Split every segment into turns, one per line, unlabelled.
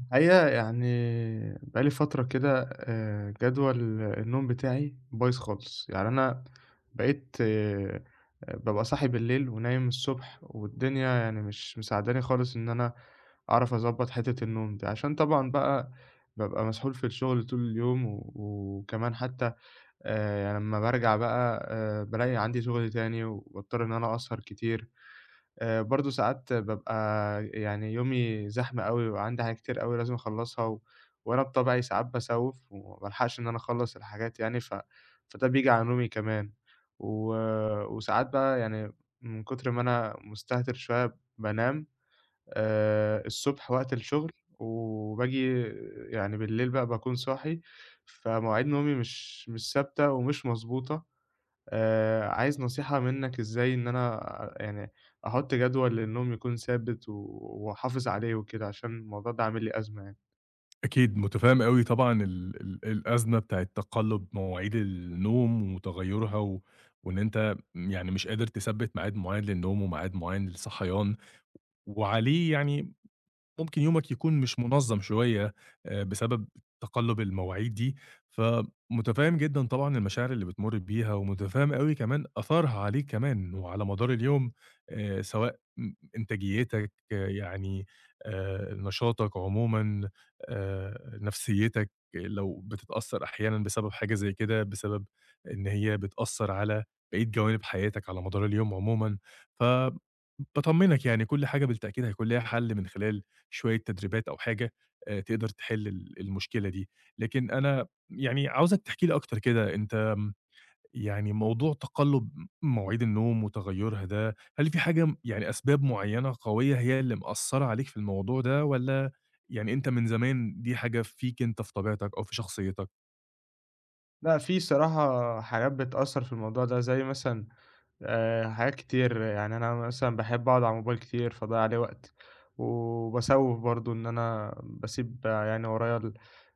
الحقيقة يعني بقى لي فترة كده جدول النوم بتاعي بايظ خالص، يعني أنا بقيت بابقى صاحي بالليل ونايم الصبح، والدنيا يعني مش مساعداني خالص إن أنا أعرف أضبّط حتّة النوم دي، عشان طبعًا بقى بابقى مسحول في الشغل طول اليوم، و وكمان حتّى لمّا بارجع بقى بالاقي عندي شغل تاني، وباضطر إن أنا أسهر كتير. برضه ساعات بابقى يعني يومي زحمة أوي، وعندي حاجات كتير أوي لازم أخلّصها و وأنا بطبعي ساعات باسوّف وما بالحقش إن أنا أخلّص الحاجات يعني، ف فده بييجي على نومي كمان. و وساعات بقى يعني من كتر ما أنا مستهتر شوية بانام الصبح وقت الشغل، وباجي يعني بالليل بقى باكون صاحي، فمواعيد نومي مش ثابتة ومش مضبوطة. عايز نصيحة منّك إزاي إن أنا يعني أحُط جدول للنوم يكون ثابت و وأحافظ عليه وكده، عشان الموضوع ده عامل لي أزمة يعني.
أكيد، متفهّم أوي طبعًا ال الأزمة بتاعة تقلُّب مواعيد النوم وتغيُّرها و وإن أنت يعني مش قادر تثبِّت ميعاد معيّن للنوم وميعاد معيّن للصحيان وعليه يعني ممكن يومك يكون مش منظم شوية بسبب تقلب المواعيد دي، فمتفهم جدًا طبعًا المشاعر اللي بتمر بيها، ومتفهم أوي كمان أثرها عليك كمان وعلى مدار اليوم، سواء م إنتاجيتك آه، يعني نشاطك عمومًا، نفسيتك لو بتتأثر أحيانًا بسبب حاجة زي كده، بسبب إن هي بتأثر على بقية جوانب حياتك على مدار اليوم عمومًا، ف باطمنك يعني كل حاجة بالتأكيد هيكون ليها حل من خلال شوية تدريبات أو حاجة تقدر تحل المشكلة دي. لكن أنا يعني عاوزك تحكي لي أكتر كده، أنت يعني موضوع تقلُّب مواعيد النوم وتغيُّرها ده، هل في حاجة م يعني أسباب معيّنة قوية هي اللي مأثّرة عليك في الموضوع ده والّا يعني أنت من زمان دي حاجة فيك أنت في طبيعتك أو في شخصيتك؟
لأ، في الصراحة حاجات بتأثّر في الموضوع ده، زي مثلًا حاجات كتير، يعني أنا مثلًا باحب أقعد على الموبايل كتير فاضيّع عليه وقت، وباسوِّف برضه إن أنا باسيب يعني ورايا ال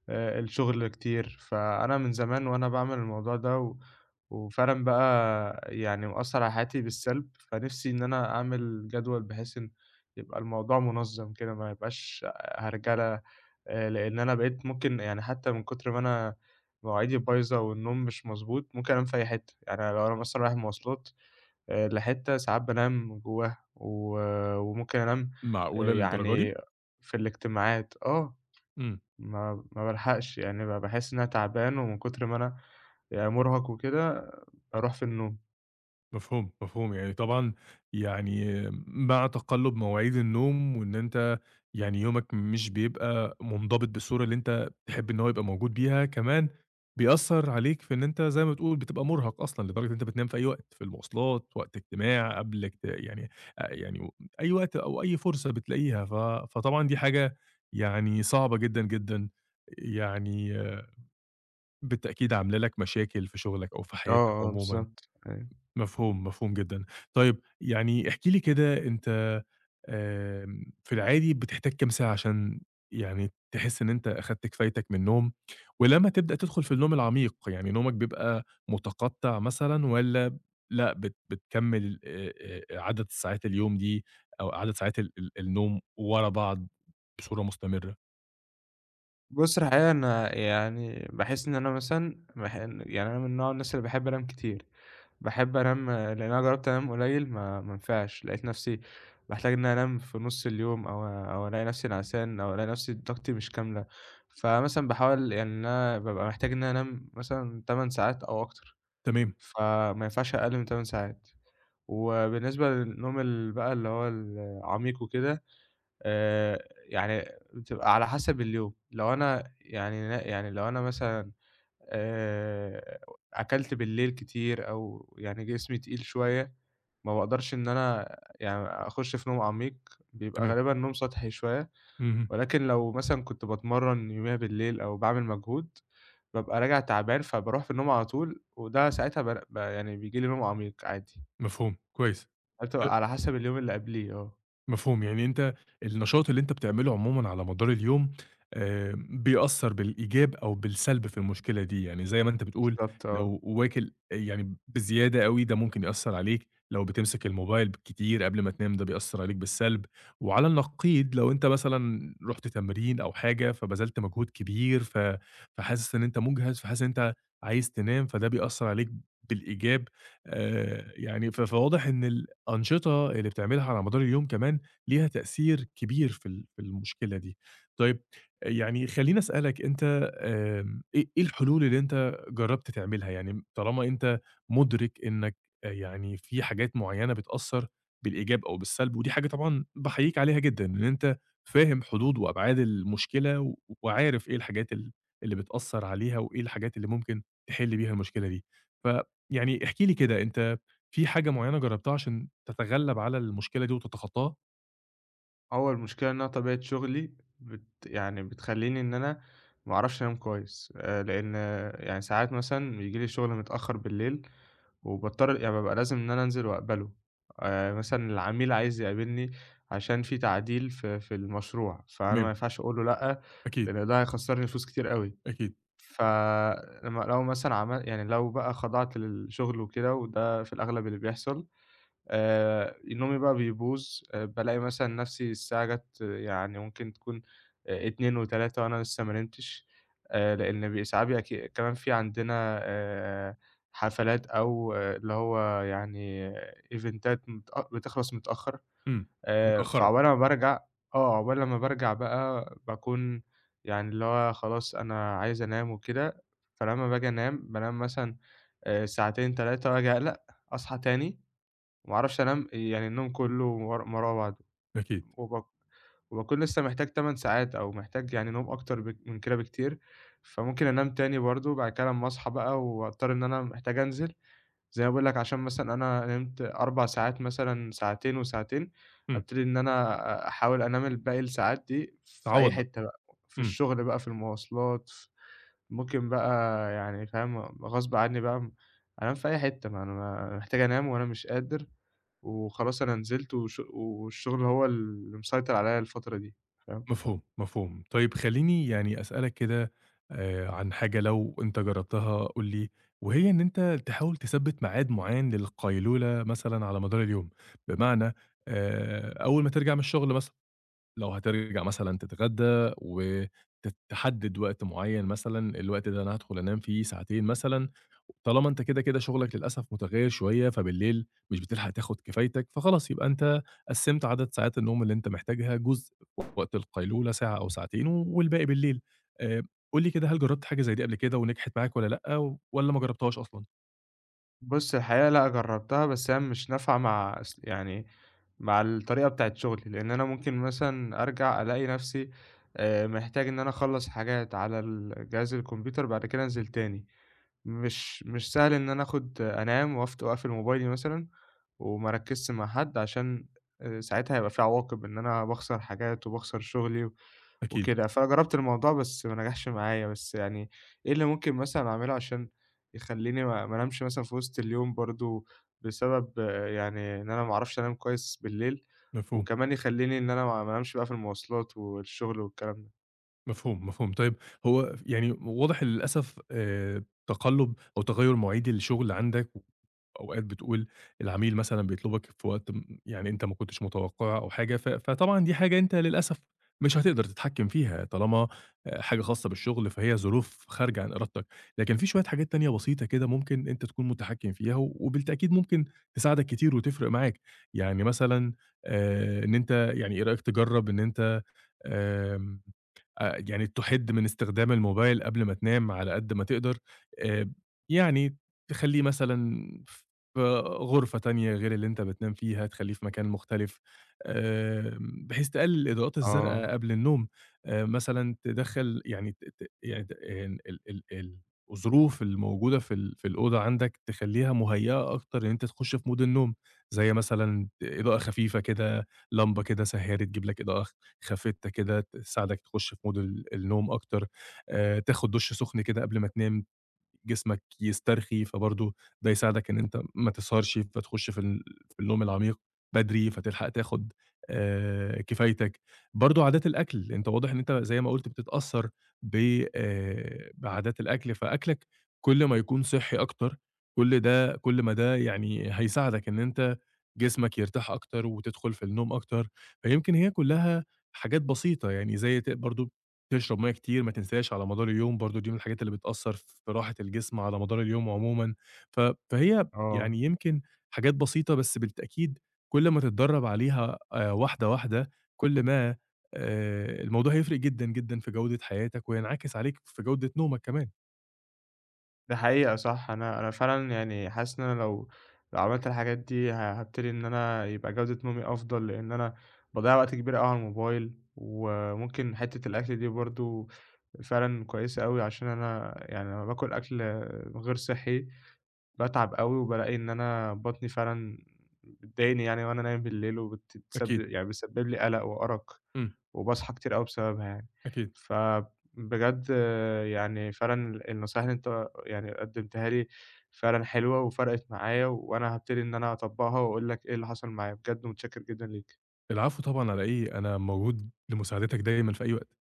الشغل كتير، فأنا من زمان وأنا باعمل الموضوع ده و وفعلًا بقى يعني مأثّر على حياتي بالسلب، فنِفْسي إن أنا أعمل جدول بحيث إن يبقى الموضوع منظَّم كده، ما يبقاش هرجَلة، لإن أنا بقيت ممكن يعني حتى من كتر ما أنا مواعيدي بايظة والنوم مش مضبوط، ممكن أنام في أي حتّة، يعني لو أنا مثلًا رايح مواصلات لحتّة ساعات بانام جواها، و وممكن أنام
معقولة للدرجة
يعني
دي؟
في الاجتماعات، آه،
إمم.
ما بالحقش يعني باحس إن أنا تعبان ومن كتر ما أنا يعني مُرهق وكده باروح في النوم.
مفهوم، مفهوم، يعني طبعًا يعني مع تقلُّب مواعيد النوم وإن أنت يعني يومك مش بيبقى منضبط بالصورة اللي أنت تحب إن هو يبقى موجود بيها، كمان بيأثّر عليك في إن أنت زي ما بتقول بتبقى مُرهَق أصلًا لدرجة إن أنت بتنام في أي وقت، في المواصلات، وقت اجتماع، قبل اجت يعني يعني أي وقت أو أي فرصة بتلاقيها، ف فطبعًا دي حاجة يعني صعبة جدًا، جدًا، يعني بالتأكيد عاملة لك مشاكل في شُغلك أو في
آه،
حياتك
آه،
عمومًا.
بالضبط، أيوه.
مفهوم، مفهوم جدًا. طيب يعني احكِ لي كده أنت في العادي بتحتاج كام ساعة عشان يعني تحس إن أنت أخدت كفايتك من النوم؟ ولمّا تبدأ تدخل في النوم العميق، يعني نومك بيبقى متقطع مثلًا والّا لأ بتكمّل عدد ساعات اليوم دي أو عدد ساعات ال النوم ورا بعض بصورة مستمرة؟
بُص الحقيقة أنا يعني باحس إن أنا مثلًا باح يعني أنا من نوع الناس اللي باحب أنام كتير. باحب أنام لإن أنا جرّبت أنام قليل ما نفعش، لقيت نفسي باحتاج إن أنا أنام في نُص اليوم أو ألاقي نفسي نعسان أو ألاقي نفسي طاقتي مش كاملة، فمثلًا باحاول يعني إن أنا بابقى محتاج إن أنا أنام مثلًا 8 ساعات أو أكتر،
تمام،
فما ينفعش أقل من 8 ساعات. وبالنسبة للنوم ال بقى اللي هو العميق وكده آآ، يعني بتبقى على حسب اليوم، لو أنا يعني ن يعني لو أنا مثلًا آآ أكلت بالليل كتير أو يعني جسمي تقيل شوية، ما باقدرش إن أنا يعني أخُش في نوم عميق، بيبقى
تمام.
غالبًا نوم سطحي شوية،
اهم،
ولكن لو مثلًا كنت باتمرّن يوميها بالليل أو باعمل مجهود، بابقى راجع تعبان فباروح في النوم على طول، وده ساعتها بر ب يعني بييجي لي نوم عميق عادي،
مفهوم، كويس. أ
فبتبقى على حسب اليوم اللي قبليه آه،
مفهوم، يعني أنت النشاط اللي أنت بتعمله عمومًا على مدار اليوم بيأثّر بالإيجاب أو بالسلب في المشكلة دي، يعني زي ما أنت بتقول
بالضبط آه.
لو واكل يعني بزيادة أوي ده ممكن يأثّر عليك، لو بتمسك الموبايل كتير قبل ما تنام ده بيأثّر عليك بالسلب، وعلى النقيض لو أنت مثلًا رُحت تمرين أو حاجة فبذلت مجهود كبير ف فحاسس إن أنت مُجهَد، فحاسس إن أنت عايز تنام فده بيأثّر عليك بالإيجاب يعني ف فواضح إن الأنشطة اللي بتعملها على مدار اليوم كمان ليها تأثير كبير في المشكلة دي. طيب يعني خلّيني أسألك أنت إيه إيه الحلول اللي أنت جرّبت تعملها؟ يعني طالما أنت مُدرك إنّك يعني في حاجات معيّنة بتأثّر بالإيجاب أو بالسلب، ودي حاجة طبعًا باحييك عليها جدًا، إن أنت فاهم حدود وأبعاد المشكلة و- وعارف إيه الحاجات اللي بتأثّر عليها وإيه الحاجات اللي ممكن تحِل بيها المشكلة دي. فيعني احكِ لي كده، أنت في حاجة معيّنة جرّبتها عشان تتغلّب على المشكلة دي وتتخطّاها؟
هو المشكلة إن أنا طبيعة شغلي بت يعني بتخلّيني إن أنا ما أعرفش أنام كويس، لإن يعني ساعات مثلًا بييجي لي شغل متأخّر بالليل وباضطر يعني بابقى لازم إن أنا أنزل وأقبله، مثلًا العميل عايز يقابلني عشان في تعديل في المشروع، فأنا ما
تمام،
ينفعش أقول له لأ،
أكيد،
لإن ده هيخسّرني فلوس كتير أوي،
أكيد،
فلمّا لو مثلًا عمل يعني لو بقى خضعت للشغل وكده وده في الأغلب اللي بيحصل، نومي بقى بيبوظ، بالاقي مثلًا نَفْسي الساعة جات يعني ممكن تكون 02:00 و03:00 وأنا لسه ما نمتش، لإن بي ساعات بيبقى كمان في عندنا حفلات أو آه، اللي هو يعني آه، إيفنتات متأ بتخلص متأخّر،
إمم، بتأخّرك،
فعقبال ما بارجع آه، عقبال لمّا بارجع بقى باكون يعني اللي هو خلاص أنا عايز أنام وكده، فلمّا باجي أنام، بانام مثلًا ساعتين، 3 وآجي أقلق، أصحى تاني وما اعرفش انام يعني النوم كله ورا بعضه
أكيد،
وبك... وبكون لسه محتاج 8 ساعات او محتاج يعني نوم اكتر من كده بكتير فممكن انام تاني برضه بعد كده لما اصحى بقى واضطر ان انا محتاج انزل زي ما بقول لك عشان مثلا انا نمت 4 ساعات مثلا ساعتين وساعتين
إمم،
ابتدي ان انا احاول انام الباقي الساعات دي في اي
تعوّض بقى،
حتة بقى في
إمم،
الشغل بقى في المواصلات ممكن بقى يعني فاهم غصب عني بقى انام في اي حتة ما انا محتاج انام وانا مش قادر وخلاص أنا نزلت وش والشغل هو اللي مسيطر عليَّ الفترة دي، فاهم؟
مفهوم، مفهوم. طيب خلّيني يعني أسألك كده عن حاجة لو أنت جرّبتها قُل لي، وهي إن أنت تحاول تثبّت ميعاد معيّن للقيلولة مثلًا على مدار اليوم، بمعنى أول ما ترجع من الشغل مثلًا. لو هترجع مثلًا تتغدى تحدد وقت معيّن مثلًا، الوقت ده أنا هادخل أنام فيه ساعتين مثلًا، طالما أنت كده شغلك للأسف متغيّر شوية، فبالليل مش بتلحق تاخد كفايتك، فخلاص يبقى أنت قسّمت عدد ساعات النوم اللي أنت محتاجها، جزء وقت القيلولة ساعة أو ساعتين والباقي بالليل. آآ قُل لي كده هل جرّبت حاجة زي دي قبل كده ونجحت معاك والّا لأ والّا ما جرّبتهاش أصلًا؟
بُص الحقيقة لأ جرّبتها، بس هي مش نافعة مع يعني مع الطريقة بتاعة شغلي، لإن أنا ممكن مثلًا أرجع ألاقي نفسي محتاج إن أنا أخلّص حاجات على ال جهاز الكمبيوتر، بعد كده أنزل تاني، مش سهل إن أنا آخُد أنام وأفت وأقفل موبايلي مثلًا وما أركّزش مع حد عشان ساعتها هيبقى في عواقب إن أنا باخسر حاجات وباخسر شغلي و
أكيد،
وكده، فأنا جرّبت الموضوع بس ما نجحش معايا، بس يعني إيه اللي ممكن مثلًا أعمله عشان يخلّيني ما انامش مثلًا في وسط اليوم برضه، بسبب آه، يعني إن أنا ما اعرفش أنام كويس بالليل،
مفهوم.
وكمان يخلّيني إن أنا ما انامش بقى في المواصلات والشغل والكلام ده.
مفهوم، مفهوم. طيب هو يعني واضح للأسف تقلُّب أو تغيُّر مواعيد الشغل عندك، وأوقات بتقول العميل مثلًا بيطلبك في وقت م يعني أنت ما كنتش متوقّعه أو حاجة، ف فطبعًا دي حاجة أنت للأسف مش هتقدر تتحكّم فيها طالما حاجة خاصة بالشغل، فهي ظروف خارجة عن إرادتك. لكن في شوية حاجات تانية بسيطة كده ممكن أنت تكون متحكّم فيها، و- وبالتأكيد ممكن تساعدك كتير وتفرق معاك. يعني مثلًا إن أنت يعني إيه رأيك تجرّب إن أنت آمم يعني تُحِد من استخدام الموبايل قبل ما تنام على قد ما تقدر، آآ يعني تخلّيه مثلًا في غرفة تانية غير اللي أنت بتنام فيها، تخلّيه في مكان مختلف، بحيث تقلل الإضاءات
آه،
الزرقا قبل النوم، مثلًا تدخّل يعني ت ت يعني ت يعني ال ال ال الظروف الموجودة في الأوضة عندك تخلّيها مُهيّأة أكتر إن أنت تخش في مود النوم، زي مثلًا إضاءة خفيفة كده، لمبة كده سهّارة تجيب لك إضاءة خافتة كده تساعدك تخش في مود النوم أكتر، تاخد دُش سُخن كده قبل ما تنام. جسمك يسترخي، فبرضه ده يساعدك إن أنت ما تسهرش، فتخش في النوم العميق بدري، فتلحق تاخد كفايتك. برضه عادات الأكل، أنت واضح إن أنت زي ما قُلت بتتأثّر ب بعادات الأكل، فأكلك كل ما يكون صحّي أكتر، كل ده كل ما ده يعني هيساعدك إن أنت جسمك يرتاح أكتر وتدخل في النوم أكتر، فيمكن هي كلّها حاجات بسيطة يعني زي ت برضه تشرب مَيّة كتير، ما تنساش على مدار اليوم برضه دي من الحاجات اللي بتأثّر في راحة الجسم على مدار اليوم عمومًا، ف فهي
آه،
يعني يمكن حاجات بسيطة بس بالتأكيد كل ما تتدرّب عليها واحدة، واحدة، كل ما الموضوع هيفرق جدًا، جدًا في جودة حياتك وينعكس عليك في جودة نومك كمان.
ده حقيقة صح، أنا فعلًا يعني حاسس إن أنا لو عملت الحاجات دي هابتدي إن أنا يبقى جودة نومي أفضل، لإن أنا باضيّع وقت كبير أوي على الموبايل، وممكن حتّة الأكل دي برضه فعلًا كويسة أوي، عشان أنا يعني لمّا باكل أكل غير صحّي باتعب أوي، وبالاقي إن أنا بطني فعلًا بتضايقني يعني وأنا نايم بالليل، وبتتسب
أكيد،
يعني بتسبب لي قلق وأرق،
إمم،
وباصحى كتير أوي بسببها يعني.
أكيد.
فبجد يعني فعلًا النصايح اللي أنت يعني قدمتها لي فعلًا حلوة وفرقت معايا، وأنا هابتدي إن أنا أطبّقها وأقول لك إيه اللي حصل معايا، بجد متشكر جدًا ليك.
العفو طبعًا على إيه، أنا موجود لمساعدتك دايمًا في أي وقت.